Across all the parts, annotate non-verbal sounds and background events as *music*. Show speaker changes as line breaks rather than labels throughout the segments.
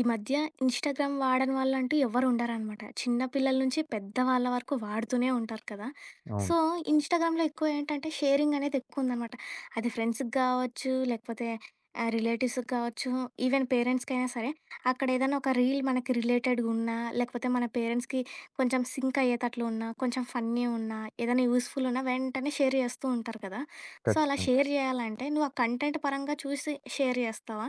ఈ మధ్య ఇన్‌స్టాగ్రామ్ వాడని వాళ్ళంటూ ఎవ్వరు ఉండరనమాట. చిన్న పిల్లల నుంచి పెద్ద వాళ్ళ వరకు వాడుతూనే ఉంటారు కదా! సో,
అవును,
ఇన్‌స్టాగ్రామ్‌లో ఎక్కువ ఏంటంటే షేరింగ్ అనేది ఎక్కువుందనమాట. అది ఫ్రెండ్స్‌కి గావచ్చు, లేకపోతే రిలేటివ్స్‌కి కావచ్చు, ఈవెన్ పేరెంట్స్‌కైనా సరే. అక్కడ ఏదైనా ఒక రీల్ మనకి రిలేటెడ్‌గున్నా, లేకపోతే మన పేరెంట్స్‌కి కొంచెం సింక్ అయ్యేటట్లు ఉన్నా, కొంచెం ఫన్నీ ఉన్నా, ఏదైనా యూజ్‌ఫుల్ ఉన్నా వెంటనే షేర్ చేస్తూ ఉంటారు కదా! సో, అలా
ఖచ్చితంగా.
షేర్ చేయాలంటే నువ్వు ఆ కంటెంట్ పరంగా చూసి షేర్ చేస్తావా?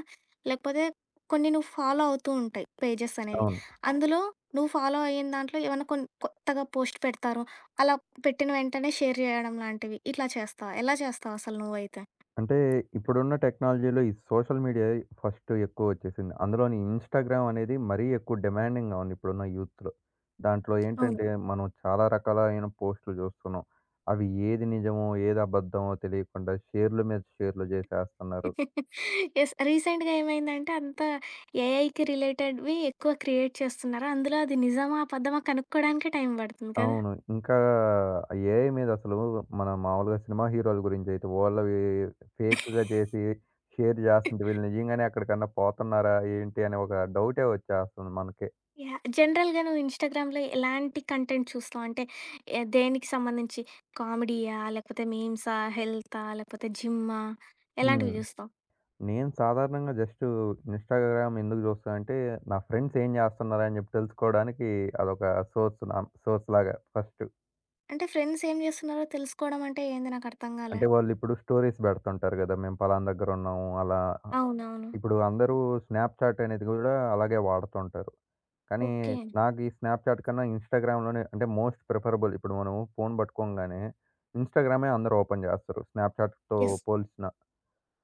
లేకపోతే కొన్ని నువ్వు ఫాలో అవుతూ ఉంటాయి పేజెస్ అనేవి.
అవును.
అందులో నువ్వు ఫాలో అయిన దాంట్లో ఏమన్నా కొన్ని కొత్తగా పోస్ట్ పెడతారు. అలా పెట్టిన వెంటనే షేర్ జేయడం లాంటివి ఇట్లా చేస్తావా? ఎలా చేస్తావు అసలు నువ్వైతే?
అంటే ఇప్పుడున్న టెక్నాలజీలో ఈ సోషల్ మీడియా ఫస్ట్ ఎక్కువొచ్చేసింది. అందులోని ఇన్‌స్టాగ్రామ్ అనేది మరీ ఎక్కువ డిమాండింగ్‌గా ఉంది ఇప్పుడున్న యూత్‌లో. దాంట్లో
అవును.
ఏంటంటే మనం చాలా రకాలైన పోస్టులు చూస్తున్నాం. అవి ఏది నిజమో, ఏది అబద్ధమో తెలియకుండా షేర్‌ల మీద షేర్‌లు చేసేస్తున్నారు.
*laughs* యెస్. రీసెంట్‌గా ఏమైందంటే అంతా ఏఐకి రిలేటెడ్‌వి ఎక్కువ క్రియేట్ చేస్తున్నారు. అందులో అది నిజమా? అబద్ధమా? కనుక్కోడానికే టైం పడుతుంది కదా!
అవును. ఇంకా ఏఐ మీద అసలు మనం మామూలుగా సినిమా హీరోల గురించైతే వాళ్ళవి ఫేక్‌గా చేసి షేర్ చేస్తుంటే వీళ్ళు నిజంగానే అక్కడికన్నా పోతున్నారా ఏంటి అనే ఒక డౌటే వచ్చేస్తుంది మనకే.
యాహ్! జనరల్‌గా నువ్వు ఇన్‌స్టాగ్రామ్‌లో ఎలాంటి కంటెంట్ చూస్తావు? అంటే దేనికి సంబంధించి కామెడీయా? లేకపోతే మీమ్సా? హెల్తా? లేకపోతే జిమ్మా? ఎలాంటివి
హ్మ్.
చూస్తావు?
నేను సాధారణంగా జస్టు ఇన్‌స్టాగ్రామ్ ఎందుకు చూస్తానంటే నా ఫ్రెండ్స్ ఏం చేస్తున్నారా అని చెప్పి తెలుసుకోవడానికి అదొక సోర్స్, నా సోర్స్‌లాగా ఫస్ట్.
అంటే ఫ్రెండ్స్ ఏం చేస్తున్నారో తెలుసుకోవడం అంటే ఏంది నాకర్థం కాలే.
అంటే వాళ్ళిప్పుడు స్టోరీస్ పెడుతుంటారు కదా! మేము పలానా దగ్గరున్నాము అలా.
అవునవును.
ఇప్పుడు అందరూ స్నాప్‌చాట్ అనేది కూడా అలాగే వాడుతుంటారు. కానీ
ఓకే.
నాకు ఈ స్నాప్‌చాట్ కన్నా ఇన్‌స్టాగ్రామ్‌లోనే అంటే మోస్ట్ ప్రిఫరబుల్. ఇప్పుడు మనము ఫోను పట్టుకోంగానే ఇన్‌స్టాగ్రామే అందరూ ఓపెన్ చేస్తారు స్నాప్‌చాట్‌తో
యెస్.
పోల్చిన.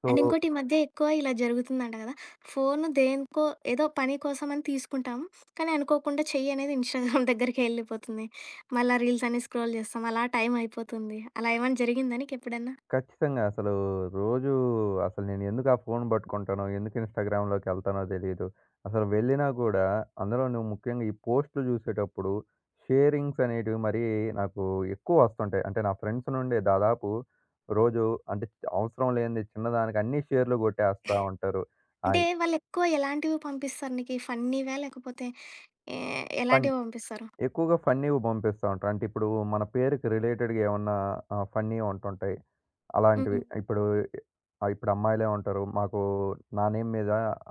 సో,
అండ్ ఇంకోటి ఈ మధ్య ఎక్కువ ఇలా జరుగుతుందంట కదా! ఫోను దేనికో ఏదో పని కోసం అని తీసుకుంటాం. కానీ అనుకోకుండా చెయ్యి అనేది ఇన్‌స్టాగ్రామ్ దగ్గరికే ఎళ్ళిపోతుంది. మళ్ళా రీల్స్ అన్ని స్క్రోల్ చేస్తాం. అలా టైం అయిపోతుంది. అలా ఏమైనా జరిగిందా నీకెప్పుడన్నా?
ఖచ్చితంగా అసలు రోజూ అసలు నేను ఎందుకు ఆ ఫోను పట్టుకుంటానో, ఎందుకు ఇన్‌స్టాగ్రామ్‌లోకెళ్తానో తెలీదు. అసలు వెళ్ళినా కూడా అందులో నువ్వు ముఖ్యంగా ఈ పోస్టులు చూసేటప్పుడు షేరింగ్స్ అనేటివి మరీ నాకు ఎక్కువ వస్తుంటాయి. అంటే నా ఫ్రెండ్స్ నుండే దాదాపు రోజు అంటే అవసరం లేనిది చిన్నదానికి అన్ని షేర్‌లు కొట్టేస్తా ఉంటారు.
అంటే
ఆయి
వాళ్ళెక్కువ ఎలాంటివి పంపిస్తారు నీకి? ఫన్నీవా? లేకపోతే ఏ
పన్
ఎలాంటివి పంపిస్తారు?
ఎక్కువగా ఫన్నీవి పంపిస్తా ఉంటారు. అంటే ఇప్పుడు మన పేరుకి రిలేటెడ్‌గా ఏమన్నా ఫన్నీవి ఉంటుంటాయి. అలాంటివి
హ్మ్.
ఇప్పుడు ఇప్పుడు అమ్మాయిలే ఉంటారు. మాకు నా నేమ్ మీద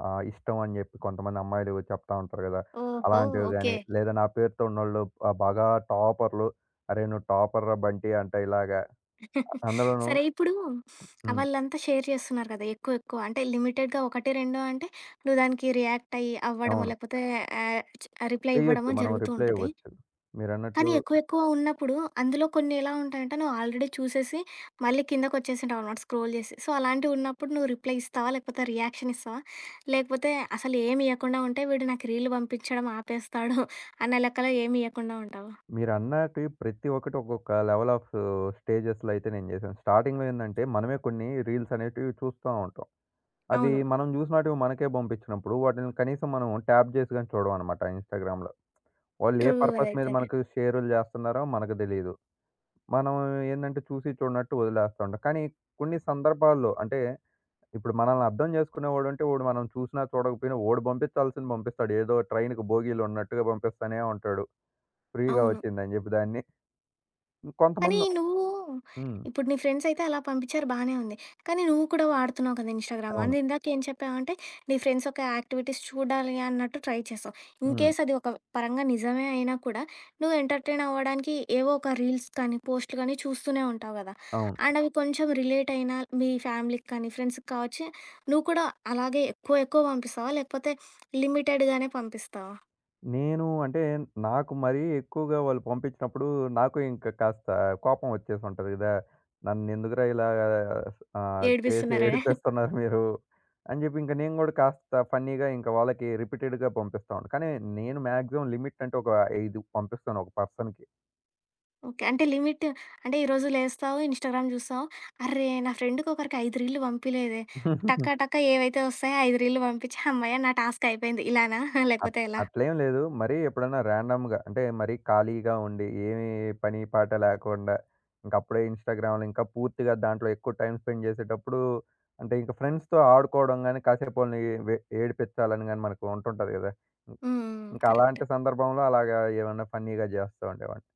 ఇష్టం అని చెప్పి కొంతమంది అమ్మాయిలు చెప్తా ఉంటారు కదా!
ఓహో!
అలాంటివి
ఓకే.
గాని, లేదా నా పేరుతో ఉన్నోళ్ళు బాగా టాపర్‌లు. "అరేయ్! నువ్వు టాపర్‌రా బంటి" అంటే ఇలాగా
*laughs*
అందులోనూ.
సరే ఇప్పుడు
హ్మ్.
వాళ్ళంతా షేర్ చేస్తున్నారు కదా! ఎక్కువ ఎక్కువ. అంటే లిమిటెడ్‌గా 1, 2 అంటే నువ్వు దానికి రియాక్ట్ అయ్యి అవ్వడమో
అవును.
లేకపోతే ఆహ్, చ్ రిప్లై
చేయొచ్చు,
ఇవ్వడమో
మనం
జరుగుతూ
రిప్లై
ఉంటది.
ఇవ్వచ్చు.
కానీ
మీరన్నట్లు
ఎక్కువ ఎక్కువ ఉన్నప్పుడు అందులో కొన్ని ఎలా ఉంటాయంటే నువ్వు ఆల్రెడీ చూసేసి మళ్ళీ కిందకొచ్చేసింటావు అనమాట స్క్రోల్ చేసి. సో, అలాంటివి ఉన్నప్పుడు నువ్వు రిప్లై ఇస్తావా? లేకపోతే రియాక్షన్ ఇస్తావా? లేకపోతే అసలు ఏమి ఇయ్యకుండా ఉంటే వీడు నాకు రీల్ పంపించడం ఆపేస్తాడు అన్న లెక్కలో ఏమి ఇయ్యకుండా ఉంటావా?
మీరన్నట్టు ప్రతి ఒక్కటి ఒక్కొక్క లెవెల్ ఆఫ్ స్టేజెస్‌లో అయితే నేను చేశాను. స్టార్టింగ్‌లో ఏందంటే మనమే కొన్ని రీల్స్ అనేటివి చూస్తా ఉంటాం. అవి
అవును.
మనం చూసినటివి మనకే పంపించినప్పుడు వాటిని కనీసం మనం ట్యాప్ చేసి గాని చూడమనమాట ఇన్‌స్టాగ్రామ్‌లో. వాళ్ళు
ట్రూ
ఏ పర్పస్ మీద
అదైతే.
మనకు షేర్‌లు చేస్తున్నారో మనకు తెలీదు. మనం ఏందంటే చూసి చూడనట్టు వదిలేస్తా ఉంటాం. కానీ కొన్ని సందర్భాల్లో అంటే ఇప్పుడు మనల్ని అర్థం చేసుకునేవాడుంటే వాడు మనం చూసినా చూడకపోయినా వాడు పంపించాల్సింది పంపిస్తాడు. ఏదో ట్రైన్‌కి బోగీలున్నట్టుగా పంపిస్తానే ఉంటాడు ఫ్రీగా
అవును.
వచ్చిందని చెప్పి దాన్ని.
కానీ
కొంతమంది
నువ్వు
హ్మ్.
ఇప్పుడు నీ ఫ్రెండ్స్ అయితే అలా పంపించారు బానే ఉంది. కానీ నువ్వు కూడా వాడుతున్నావు కదా ఇన్‌స్టాగ్రామ్. అండ్
అవును.
ఇందాక ఏం చెప్పావంటే నీ ఫ్రెండ్స్ యొక్క యాక్టివిటీస్ చూడాలి అన్నట్టు ట్రై చేసావు.
హ్మ్.
ఇన్‌కేస్ అది ఒక పరంగా నిజమే అయినా కూడా నువ్వు ఎంటర్‌టైన్ అవ్వడానికి ఏవో ఒక రీల్స్ కానీ, పోస్ట్‌లు కానీ చూస్తూనే ఉంటావు కదా!
అవును.
అండ్ అవి కొంచెం రిలేట్ అయినా మీ ఫ్యామిలీకి కానీ, ఫ్రెండ్స్‌కి కావచ్చు నువ్వు కూడా అలాగే ఎక్కువ ఎక్కువ పంపిస్తావా? లేకపోతే లిమిటెడ్‌గానే పంపిస్తావా?
నేను అంటే నాకు మరీ ఎక్కువగా వాళ్ళు పంపించినప్పుడు నాకు ఇంకా కాస్త కోపం వచ్చేసుంటది గదా! నన్నెందుకురా ఇలా చేసి
ఏడిపిస్తున్నారనే.
ఏడిపిస్తున్నారు మీరు అని జెప్పి ఇంక నేను గూడా కాస్త ఫన్నీగా ఇంక వాళ్ళకి రిపీటెడ్‌గా పంపిస్తా ఉంటాను. కానీ నేను మాక్సిమం లిమిట్ అంటే ఒక 5 పంపిస్తాను ఒక పర్సన్‌కి.
ఓకే. అంటే లిమిట్ అంటే ఈరోజు లేస్తావు, ఇన్‌స్టాగ్రామ్ జూస్తావు. అర్రే! నా ఫ్రెండ్‌కొకరికి 5 రీల్లు పంపిలేదే. టక టక ఏవైతే వస్తాయో 5 రీల్లు పంపించి హమ్మయ్య! నా టాస్క్ అయిపోయింది. ఇలానా? *laughs*
అట్
లేకపోతే ఎలా?
అట్లేం లేదు. మరీ ఎప్పుడన్నా ర్యాండమ్‌గా అంటే మరీ ఖాళీగా ఉండి ఏమి పని పాట లేకుండా ఇంక అప్పుడే ఇన్‌స్టాగ్రామ్‌లో ఇంకా పూర్తిగా దాంట్లో ఎక్కువ టైమ్ స్పెండ్ చేసేటప్పుడు అంటే ఇంక ఫ్రెండ్స్‌తో ఆడుకోవడం గాని, కాసేపు వాళ్ళని ఏడిపించాలని గాని మనకు ఉంటుంటది గదా! ఇం
హ్మ్.
ఇంకా
కరెక్ట్.
అలాంటి సందర్భంలో అలాగా ఏమన్నా ఫన్నీగా జేస్తా ఉండేవాడిని.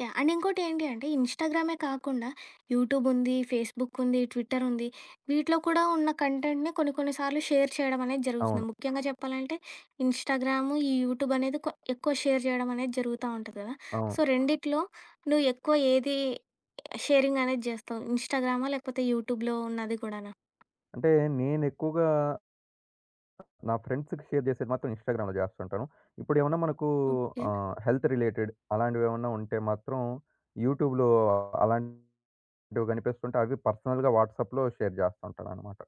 యాహ్! అండ్ ఇంకోటి ఏంటి అంటే ఇన్‌స్టాగ్రామే కాకుండా యూట్యూబ్ ఉంది, ఫేస్‌బుక్ ఉంది, ట్విట్టర్ ఉంది. వీటిలో కూడా ఉన్న కంటెంట్‌ని కొన్ని కొన్ని సార్లు షేర్ చేయడం అనేది జరుగుతుంది.
అవును.
ముఖ్యంగా చెప్పాలంటే ఇన్‌స్టాగ్రామ్, ఈ యూట్యూబ్ అనేది ఎక్కువ షేర్ చేయడం అనేది జరుగుతా ఉంటది కదా! సో,
అవును.
రెండిట్లో నువ్వు ఎక్కువ ఏది షేరింగ్ అనేది చేస్తావు? ఇన్‌స్టాగ్రామా? లేకపోతే యూట్యూబ్‌లో ఉన్నది కూడానా?
అంటే నేనెక్కువగా నా ఫ్రెండ్స్‌కి షేర్ చేసేది మాత్రం ఇన్‌స్టాగ్రామ్‌లో చేస్తుంటాను. ఇప్పుడేమన్నా మనకు
ఓకే.
హెల్త్ రిలేటెడ్ అలాంటివేమన్నా ఉంటే మాత్రం యూట్యూబ్‌లో అలాంటివి కనిపిస్తుంటే అవి పర్సనల్‌గా వాట్సాప్‌లో షేర్ చేస్తుంటాననమాట.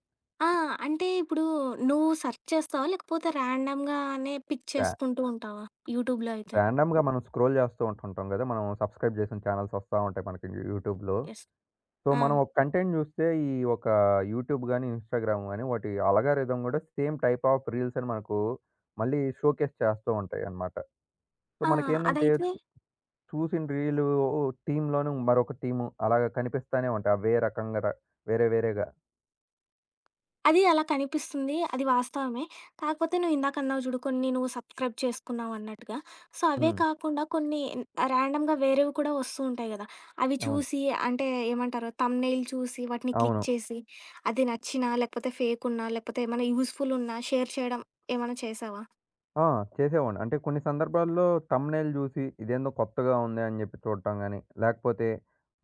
ఆ! అంటే ఇప్పుడు నువ్వు సెర్చ్ చేస్తావా? లేకపోతే ర్యాండమ్‌గానే పిక్
ర్యా
చేసుకుంటూ ఉంటావా యూట్యూబ్‌లో అయితే?
రాండమ్‌గా మనం స్క్రోల్ చేస్తూ ఉంటుంటాం కదా! మనం సబ్స్క్రైబ్ చేసిన ఛానెల్స్ వస్తా ఉంటాయి మనకి యూట్యూబ్‌లో.
యెస్.
సో,
ఆ!
మనం ఒక కంటెంట్ చూస్తే ఈ ఒక యూట్యూబ్ గాని, ఇన్‌స్టాగ్రామ్ గాని వాటి అల్గారిథం కూడా సేమ్ టైప్ ఆఫ్ రీల్స్‌ని మనకు మళ్ళీ షోకేస్ చేస్తూ ఉంటాయన్నమాట. సో,
ఆ!
మనకేందంటే
అదైతే
చూసిన రీలు టీమ్‌లోను మరొక టీము అలాగా కనిపిస్తానే ఉంటాయి అవే రకంగా, వేరే వేరేగా.
అది అలా కనిపిస్తుంది. అది వాస్తవమే. కాకపోతే నువ్వు ఇందాకన్నావు చూడు కొన్ని నువ్వు సబ్‌స్క్రైబ్ చేసుకున్నావన్నట్టుగా. సో, అవే
హ్మ్.
కాకుండా కొన్ని ర్యాండమ్‌గా వేరేవి కూడా వస్తూ ఉంటాయి గదా! అవి
అవును.
చూసి అంటే ఏమంటారు థంబ్‌నెయిల్ చూసి వాటిని క్లిక్
అవును.
చేసి అది నచ్చినా, లేకపోతే ఫేకున్నా, లేకపోతే ఏమైనా యూజ్‌ఫుల్ ఉన్నా షేర్ చేయడం ఏమైనా చేశావా?
ఆ! చేసేవాడిని. అంటే కొన్ని సందర్భాల్లో థంబ్‌నెయిల్ చూసి ఇదేందో కొత్తగా ఉంది అని చెప్పి చూడటం గాని, లేకపోతే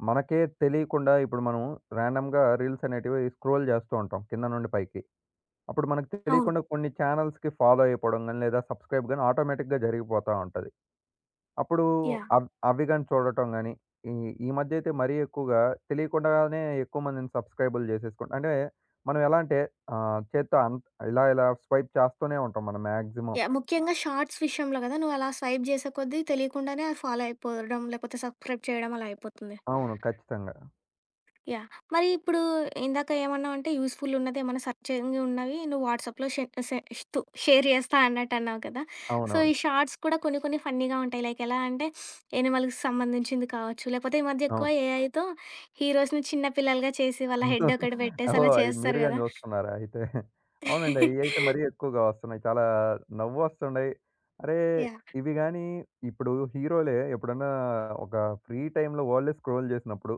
మనకే తెలియకుండా ఇప్పుడు మనం రాండమ్‌గా రీల్స్ అనేటివి స్క్రోల్ చేస్తూ ఉంటాం కింద నుండి పైకి. అప్పుడు మనకు
అవును.
తెలియకుండా కొన్ని చానెల్స్‌కి ఫాలో అయిపోవడం గాని, లేదా సబ్‌స్క్రైబ్ గాని ఆటోమేటిక్‌గా జరిగిపోతా ఉంటది. అప్పుడు
యాహ్!
అవి గాని చూడటం గాని, ఈ ఈ మధ్య అయితే మరీ ఎక్కువగా తెలియకుండానే ఎక్కువ మందిని సబ్‌స్క్రైబులు చేసేసుకుం అంటే మనం ఎలా అంటే చేత్తో ఇలా ఇలా స్వైప్ చేస్తూనే ఉంటాం మనం మాక్సిమం.
యాహ్! ముఖ్యంగా షార్ట్స్ విషయంలో గదా! నువ్వు అలా స్వైప్ చేసే కొద్దీ తెలియకుండానే అది ఫాలో అయిపోవడం, లేకపోతే సబ్‌స్క్రైబ్ చేయడం అలా అయిపోతుంది.
అవును, ఖచ్చితంగా.
యాహ్! మరి ఇప్పుడు ఇందాక ఏమన్నావంటే యూజ్‌ఫుల్ ఉన్నది ఏమన్నా సెర్చింగ్ ఉన్నవి నువ్వు వాట్సాప్‌లో షే షే తు షేర్ చేస్తా అన్నట్టు అన్నావు కదా! సో, ఈ
అవునవును.
షార్ట్స్ కూడా కొన్ని కొన్ని ఫన్నీగా ఉంటాయి. లైక్ ఎలా అంటే యానిమల్‌కి సంబంధించింది కావచ్చు. లేకపోతే ఈ మధ్య ఎక్కువ
అవును.
ఏఐతో హీరోస్‌ని చిన్న పిల్లలుగా చేసి వాళ్ళ హెడ్ ఒకటి
*laughs*
పెట్టేసి
ఓహో!
అలా
అయి మీరు
చేస్తారు
గాని
కదా!
చూస్తున్నారా అయితే? అవునండి. అయ్యయితే మరీ
*laughs*
ఎక్కువగా వస్తున్నాయి. చాలా నవ్వొస్తుండయి. అరే!
యాహ్!
ఇవి గాని ఇప్పుడు హీరోలే ఎప్పుడన్నా ఒక ఫ్రీ టైమ్‌లో వాళ్ళే స్క్రోల్ చేసినప్పుడు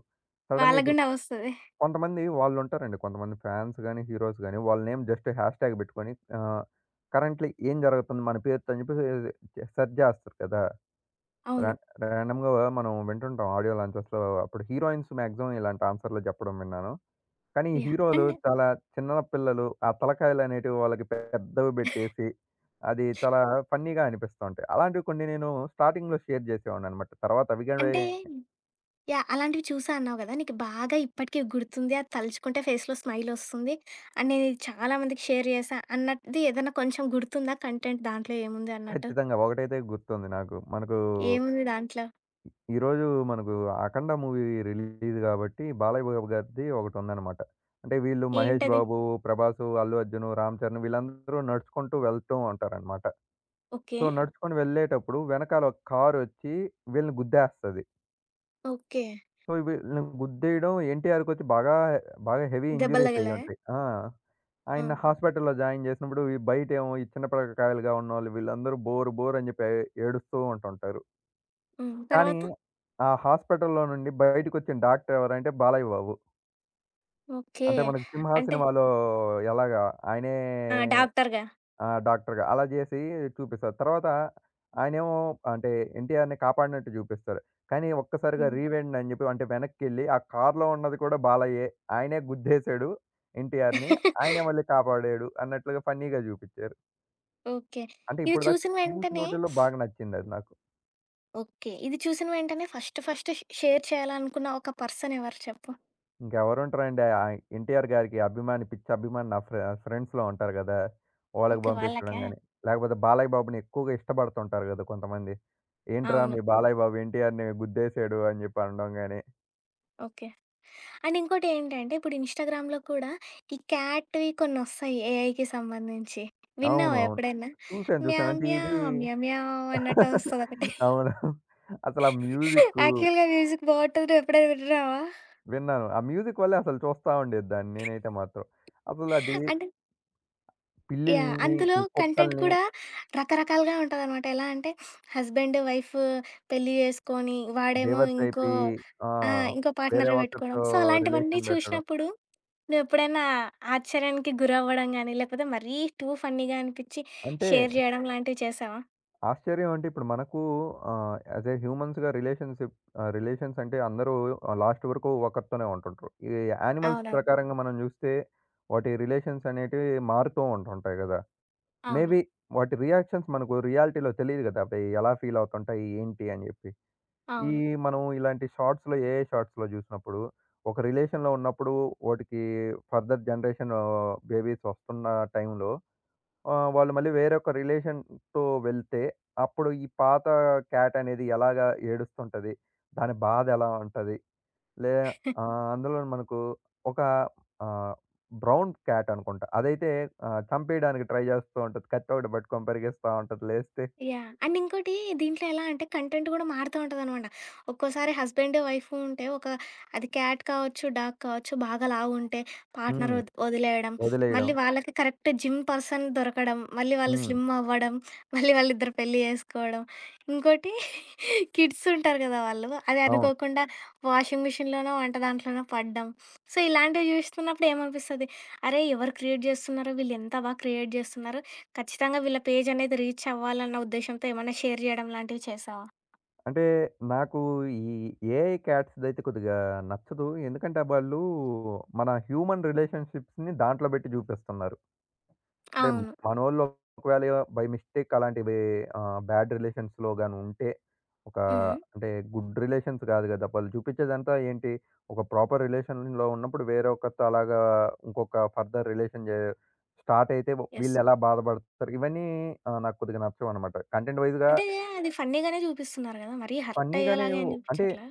సడెన్‌గా
వాళ్ళకి
ఇప్పుడు
గూడా వస్తది.
కొంతమంది వాళ్ళుంటారండి. కొంతమంది ఫ్యాన్స్ గాని, హీరోస్ గాని వాళ్ళ నేమ్ జస్ట్ హాష్ ట్యాగ్ పెట్టుకొని ఆహ్, కరెంట్‌లీ ఏం జరుగుతుంది మన పేరుతో అని చెప్పేసి సెర్చ్ చేస్తారు కదా! రా
అవును.
రాండమ్‌గా మనం వింటుంటాం ఆడియో లాంచెస్‌లో అప్పుడు హీరోయిన్స్ మాక్సిమం ఇలాంటి ఆన్సర్‌లు చెప్పడం విన్నాను. కానీ ఈ
యాహ్!
హీరోలు
అండ్
చాలా చిన్న పిల్లలు ఆ తలకాయలనేటివి వాళ్ళకి పెద్దవి పెట్టేసి అది చాలా ఫన్నీగా అనిపిస్తూ ఉంటాయి. అలాంటివి కొన్ని నేను స్టార్టింగ్‌లో షేర్ చేసేవాడినన్నమాట. తర్వాత అవి కూడా
అంటే యాహ్! అలాంటివి చూసా అన్నావు గదా! నీకు బాగా ఇప్పటికి గుర్తుంది. అది తలుచుకుంటే ఫేస్‌లో స్మైల్ ఒస్తుంది. అండ్ నేను ఇది చాలా మందికి షేర్ చేశా అన్నది ఏదన్నా కొంచెం గుర్తుందా కంటెంట్ దాంట్లో ఏముంది అన్నట్టు?
ఖచ్చితంగా ఒకటైతే గుర్తుంది నాకు. మనకు
ఏముంది దాంట్లో?
ఈరోజు మనకు 'అఖండ' మూవీ రిలీజ్ గాబట్టి, బాలయ్య బాబు గారిది ఒకటుందనమాట. అంటే వీళ్ళు 'మహేష్
ఏంటది?
బాబు', 'ప్రభాసు', 'అల్లు అర్జున్', 'రామ్ చరణ్' వీళ్ళందరూ నడుచుకుంటూ వెళ్తూ ఉంటారనమాట.
ఓకే.
సో, నడుచుకొని వెళ్ళేటప్పుడు వెనకాల ఒక కారొచ్చి వీళ్ళని గుద్దేస్తది.
ఓకే.
సో, వీళ్ళని గుద్దేయడం ఎన్టీఆర్‌కొచ్చి బాగా, బాగా హెవీ
దెబ్బలు
ఇంజ్యూరీస్
తగిలాయా?
అయ్యుంటాయి. ఆ!
ఆ!
ఆయన్ని హాస్పిటల్‌లో జాయిన్ జేసినప్పుడు ఈ బయటేమో ఈ చిన్న పిల్లకాయలుగా ఉన్నోళ్ళు వీళ్ళందరూ బోర్ బోర్ అని జెప్పి ఏడుస్తూ ఉంటుంటారు.
హ్మ్.
కానీ,
తర్వాత?
ఆ హాస్పిటల్‌లో నుండి బయటికొచ్చిన డాక్టర్ ఎవరంటే బాలయ్య బాబు.
ఓకే.
అంటే మనకు 'సింహ'
అంటే
సినిమాలో ఎలాగా ఆయనే
ఆ! డాక్టర్‌గా.
డాక్టర్‌గా అలా చేసి చూపిస్తారు. తర్వాత ఆయనేమో అంటే 'ఎన్టీఆర్‌ని' కాపాడినట్టు చూపిస్తారు. కానీ ఒక్కసారిగా
హ్మ్.
రీవైండ్ అని చెప్పి అంటే వెనక్కెళ్ళి ఆ కార్‌లో ఉన్నది కూడా బాలయ్యే. ఆయనే గుద్దేశాడు 'ఎన్టీఆర్‌ని'. ఆయనే
*laughs*
మళ్ళీ కాపాడాడు అన్నట్లుగా ఫన్నీగా చూపిచ్చారు.
ఓకే.
అంటే
ఇది
ఇప్పటిదాకా
చూసిన వెంటనే
చూసినోటిల్లో బాగా నచ్చిందది నాకు.
ఓకే. ఇది చూసిన వెంటనే ఫస్ట్ ఫస్ట్ ష్ షేర్ చేయాలనుకున్న ఒక పర్సన్ ఎవరు చెప్పు?
ఇంకెవరుంటారండి? 'ఎన్టీఆర్' గారికి అభిమాని, పిచ్చి అభిమాని నా ఫ్రెండ్స్‌లో ఉంటారు గదా! వాళ్ళకి
ఓకే.
పంపించడం
వాళ్ళకా?
గాని, లేకపోతే బాలయ్య బాబుని ఎక్కువగా ఇష్టపడుతుంటారు గదా కొంతమంది. ఏంట్రా
అవును.
మీ బాలయ్య బాబు ఎన్టీఆర్‌ని గుద్దేశాడు అని జెప్పి అనడం గాని.
ఓకే. అండ్ ఇంకోటి ఏంటంటే, ఇప్పుడు ఇన్‌స్టాగ్రామ్‌లో కూడా ఈ క్యాట్‌వి కొన్నొస్తాయి ఏఐకి సంబంధించి.
అవును.
విన్నావా
అవును.
ఎప్పుడైనా?
చూసాను, చూసాను.
మ్యావ్
అంటే ఇవి
మ్యావ్ మ్యావ్ మ్యావ్ అన్నట్టు
*laughs*
వస్తదొకటి.
అవును. అసలు ఆ మ్యూజిక్కు
యాక్చువల్‌గా మ్యూజిక్ బావుంటది. నువ్వు ఎప్పుడైనా విన్నావా?
విన్నాను. ఆ మ్యూజిక్ వల్లే అసలు చూస్తా ఉండేదాన్ని నేనైతే మాత్రం. అసలు అది
అంటే యాహ్!
పిల్లిల్ని,
అందులో
ఈ
కంటెంట్
కుక్కల్ని
కూడా రకరకాలుగా ఉంటదనమాట. ఎలా అంటే హస్బెండ్, వైఫ్ పెళ్లి చేసుకొని, వాడేమో
డైవర్స్
ఇంకో
అయిపోయి ఆ!
ఆ! ఇంకో
వేరే
పార్ట్నర్‌ని పెట్టుకోవడం.
ఒకరితో
సో, అలాంటివన్నీ
రిలేషన్ బెట్టడం.
చూసినప్పుడు నువ్వెప్పుడైనా ఆశ్చర్యానికి గురవ్వడం గానీ, లేకపోతే మరీ టూ ఫన్నీగా అనిపిచ్చి
అంటే
షేర్ జేయడం లాంటివి చేశావా?
ఆశ్చర్యం అంటే ఇప్పుడు మనకు యాస్ ఎ హ్యూమన్స్‌గా రిలేషన్‌షిప్, రిలేషన్స్ అంటే అందరూ లాస్ట్ వరకు ఒకరితోనే ఉంటుంటారు. ఈ యానిమల్స్
అవునవును.
ప్రకారంగా మనం చూస్తే వాటి రిలేషన్స్ అనేటివి మారుతూ ఉంటుంటాయి కదా!
అవును.
మేబీ వాటి రియాక్షన్స్ మనకు రియాలిటీలో తెలీదు కదా! అవి ఎలా ఫీల్ అవుతుంటాయి? ఏంటి? అని చెప్పి. ఈ
అవును.
మనం ఇలాంటి షార్ట్స్‌లో ఏఐ షార్ట్స్‌లో చూసినప్పుడు ఒక రిలేషన్‌లో ఉన్నప్పుడు వాటికి ఫర్దర్ జనరేషన్ బేబీస్ వస్తున్న టైంలో వాళ్ళు మళ్ళీ వేరొక రిలేషన్‌తో వెళ్తే, అప్పుడు ఈ పాత క్యాట్ అనేది ఎలాగా ఏడుస్తుంటది? దాని బాధ ఎలా ఉంటది? లే అందులో మనకు ఒక ఆహ్, బ్రౌన్ క్యాట్ అనుకుంటా. అదైతే చంపేయడానికి ట్రై జేస్తూ ఉంటది. కత్తెఒకటి పట్టుకొని పరిగెస్తా ఉంటది లేస్తే.
యాహ్! అండ్ ఇంకోటి దీంట్లో ఎలా అంటే కంటెంట్ గూడా మారుతూ ఉంటదనమాట. ఒక్కోసారి హస్బెండ్, వైఫ్ ఉంటే ఒక అది క్యాట్ కావచ్చు, డాగ్ కావచ్చు బాగా లావుంటే పార్ట్నర్
హ్మ్.
వదిలేయడం.
వదిలేయడం.
మళ్ళీ వాళ్ళకి కరెక్ట్ జిమ్ పర్సన్ దొరకడం. మళ్ళీ వాళ్ళు
హ్మ్.
స్లిమ్ అవ్వడం. మళ్ళీ వాళ్ళిద్దరు పెళ్లి జేసుకోవడం. ఇంకోటి కిడ్స్ ఉంటారు గదా! వాళ్ళు అది
అవును.
అనుకోకుండా వాషింగ్ మిషన్‌లోనో, వంట దాంట్లోనో పడడం. సో, ఇలాంటివి జూస్తున్నప్పుడు ఏమనిపిస్తది? అరే! ఎవరు క్రియేట్ జేస్తున్నారో వీళ్ళు ఎంత బాగా క్రియేట్ జేస్తున్నారు. ఖచ్చితంగా వీళ్ళ పేజ్ అనేది రీచ్ అవ్వాలన్న ఉద్దేశ్యంతో ఏమన్నా షేర్ చేయడం లాంటివి చేసావా?
అంటే నాకు ఈ ఏఐ క్యాట్స్‌దైతే కొద్దిగా నచ్చదు. ఎందుకంటే వాళ్ళు మన హ్యూమన్ రిలేషన్‌షిప్స్‌ని దాంట్లో బెట్టి జూపిస్తున్నారు. అంటే
అవును.
మనోళ్ళు ఒకవేళ బై మిస్టేక్ అలాంటివి బ్యాడ్ రిలేషన్స్‌లో గాని ఉంటే, ఒక
హ్మ్.
అంటే గుడ్ రిలేషన్స్ గాదు గదా! వాళ్ళు చూపించేదంతా ఏంటి? ఒక ప్రాపర్ రిలేషన్‌లో ఉన్నప్పుడు వేరే ఒకరితో అలాగా ఇంకొక ఫర్దర్ రిలేషన్ స్టార్ట్ అయితే
యెస్.
వీళ్ళు ఎలా బాధపడతారు? ఇవన్నీ నాకు కొద్దిగా నచ్చవనమాట కంటెంట్ వైస్‌గా.
అంటే అది ఫన్నీగానే చూపిస్తున్నారు గదా! మరీ హర్ట్
ఫన్నీగానే,
అయ్యేలాగా ఏం
అంటే
చూపించట్లా.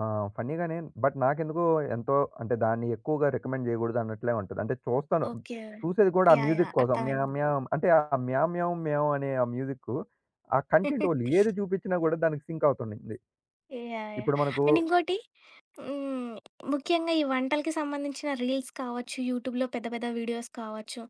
ఆ! ఫన్నీగానే, బట్ నాకెందుకో ఎంతో అంటే దాన్ని ఎక్కువగా రికమెండ్ చేయకూడదు అన్నట్లే ఉంటది. అంటే చూస్తాను.
ఓకే.
చూసేది కూడా ఆ
యాహ్!
Music
yeah!
కోసం. మ్యావ్
అర్థమైంది.
మ్యావ్ అంటే ఆ మ్యావ్ మ్యావ్ మ్యావ్ అనే ఆ మ్యూజిక్కు, ఆ కంటెంట్ వాళ్ళు
*laughs*
ఏది చూపించినా కూడా దానికి సింక్ అవుతుంది.
యాహ్! యాహ్!
ఇప్పుడు మనకు
అండ్ ఇంకోటి హ్మ్. ముఖ్యంగా ఈ వంటలకి సంబంధించిన రీల్స్ కావచ్చు, యూట్యూబ్‌లో పెద్ద పెద్ద వీడియోస్ కావచ్చు,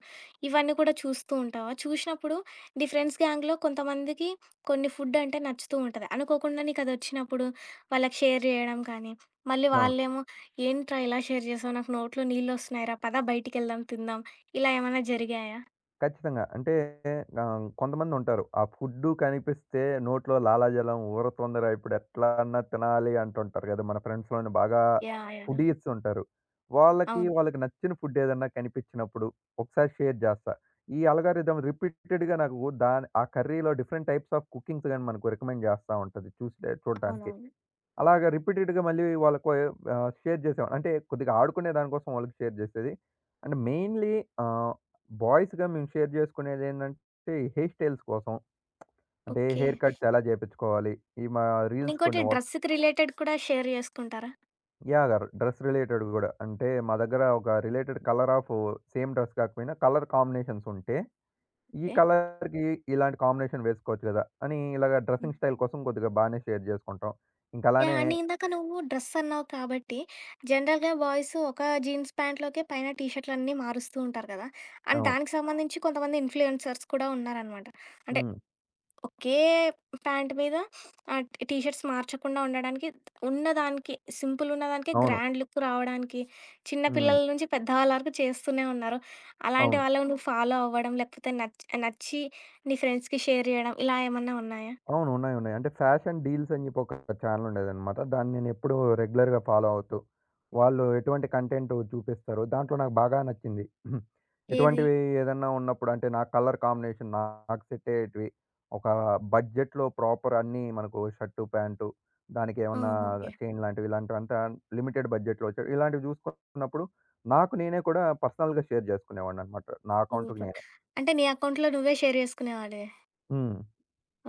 ఇవన్నీ కూడా చూస్తూ ఉంటావా? చూసినప్పుడు నీ ఫ్రెండ్స్ గ్యాంగ్‌లో కొంతమందికి కొన్ని ఫుడ్ అంటే నచ్చుతూ ఉంటది. అనుకోకుండా నీకదొచ్చినప్పుడు వాళ్ళకి షేర్ జేయడం కానీ, మళ్ళీ
అవును,
వాళ్ళేమో ఏంట్రా ఇలా షేర్ జేసావు? నాకు నోట్లో నీళ్ళొస్తున్నాయిరా పద బయటికెళ్దాం తిందాం. ఇలా ఏమన్నా జరిగాయా?
ఖచ్చితంగా. అంటే కొంతమందుంటారు. ఆ ఫుడ్డు కనిపిస్తే నోట్లో లాలాజలం ఊరుతుందిరా ఇప్పుడెట్లా అన్నా తినాలి అంటుంటారు గదా! మన ఫ్రెండ్స్‌లోని బాగా
యాహ్! యాహ్!
ఫుడీస్ ఉంటారు. వాళ్ళకి,
అవును.
వాళ్ళకి నచ్చిన ఫుడ్డేదన్నా కనిపిచ్చినప్పుడు ఒకసారి షేర్ జేస్తా. ఈ అల్గారిథం రిపీటెడ్‌గా నాకు దాని ఆ కర్రీలో డిఫరెంట్ టైప్స్ ఆఫ్ కుకింగ్స్ గాని మనకు రికమెండ్ జేస్తా ఉంటది చూస్తే చూడటానికి.
అవునవును.
అలాగా రిపీటెడ్‌గా మళ్ళీ వాళ్ళకు షేర్ చేసేవాడిని. అంటే కొద్దిగా ఆడుకునే దానికోసం వాళ్ళకి షేర్ చేసేది. అండ్ మెయిన్‌లీ ఆహ్, బాయ్స్‌గా మేము షేర్ చేసుకునేదేంటంటే హెయిర్ స్టైల్స్ కోసం. అంటే
ఓకే.
హెయిర్ కట్స్ ఎలా చేపించుకోవాలి? ఈ మా రీల్స్
ఇంకోటి
కొన్ని
డ్రెస్‌కి రిలేటెడ్ కూడా షేర్ జేసుకుంటారా?
యాహ్! డ్రెస్ రిలేటెడ్ గూడా. అంటే మా దగ్గర ఒక related colour of same dress కాకపోయినా కలర్ కాంబినేషన్స్ ఉంటే, ఈ కలర్‌కి ఇలాంటి కాంబినేషన్ వేసుకోవచ్చు గదా! అని ఇలాగ
ఓకే.
డ్రెసింగ్ స్టైల్ కోసం కొద్దిగా బానే షేర్ చేసుకుంటాం. ఇంక
యాహ్!
అలానే
అంటే ఇందాక నువ్వు డ్రెస్ అన్నావు కాబట్టి, జనరల్‌గా బాయ్స్ ఒక జీన్స్ ప్యాంట్‌లోకే పైన టీ షర్ట్‌లన్నీ మారుస్తూ ఉంటారు కదా! అండ్
అవును.
దానికి సంబంధించి కొంతమంది ఇన్‌ఫ్లుయెన్సర్స్ కూడా ఉన్నారనమాట. అంటే
హ్మ్.
ఒకే ప్యాంట్ మీద ఆహ్, టీ షర్ట్స్ మార్చకుండా ఉండడానికి ఉన్నదానికి సింపుల్ ఉన్నదానికి
అవును.
గ్రాండ్ లుక్ రావడానికి, చిన్న
హ్మ్.
పిల్లల నుంచి పెద్దవాళ్ళ వరకు చేస్తూనే ఉన్నారు. అలాంటి
అవును.
వాళ్ళని నువ్వు ఫాలో అవ్వడం, లేకపోతే నచ్చి నీ ఫ్రెండ్స్‌కి షేర్ చేయడం ఇలా ఏమన్నా ఉన్నాయా?
అవును. ఉన్నాయి, ఉన్నాయి. అంటే ఫ్యాషన్ డీల్స్ అని చెప్పి ఒక ఛానల్ ఉండేదన్నమాట. దాన్ని నేనెప్పుడూ రెగ్యులర్‌గా ఫాలో అవుతూ, వాళ్ళు ఎటువంటి కంటెంట్ చూపిస్తారో దాంట్లో నాకు బాగా నచ్చింది.
ఏది?
ఎటువంటివి ఏదన్నా ఉన్నప్పుడు అంటే నా కలర్ కాంబినేషన్ నాకు సెట్ అయ్యేటివి. ఒక బడ్జెట్‌లో ప్రాపర్ అన్నీ మనకు షర్టు, ప్యాంటు దానికి ఏమన్నా
ఓహ్! ఓకే.
చైన్ లాంటివి ఇలాంటివంతా లిమిటెడ్ బడ్జెట్‌లో వచ్చేవి. ఇలాంటివి చూసుకున్నప్పుడు నాకు నేనే కూడా పర్సనల్‌గా షేర్ చేసుకునేవాడినన్నమాట నా అకౌంట్‌కి
సూపర్.
నేనే.
అంటే నీ అకౌంట్‌లో నువ్వే షేర్ చేసుకునేవాడివే.
హ్మ్.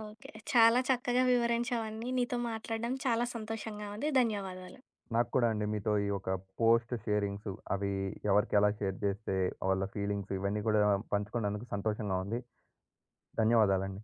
ఓకే. చాలా చక్కగా వివరించావన్నీ. నీతో మాట్లాడడం చాలా సంతోషంగా ఉంది. ధన్యవాదాలు.
నాకు కూడా అండి. మీతో ఈ ఒక పోస్ట్ షేరింగ్స్ అవి ఎవరికెలా షేర్ చేస్తే వాళ్ళ ఫీలింగ్స్ ఇవన్నీ కూడా పంచుకున్నందుకు సంతోషంగా ఉంది. ధన్యవాదాలండి.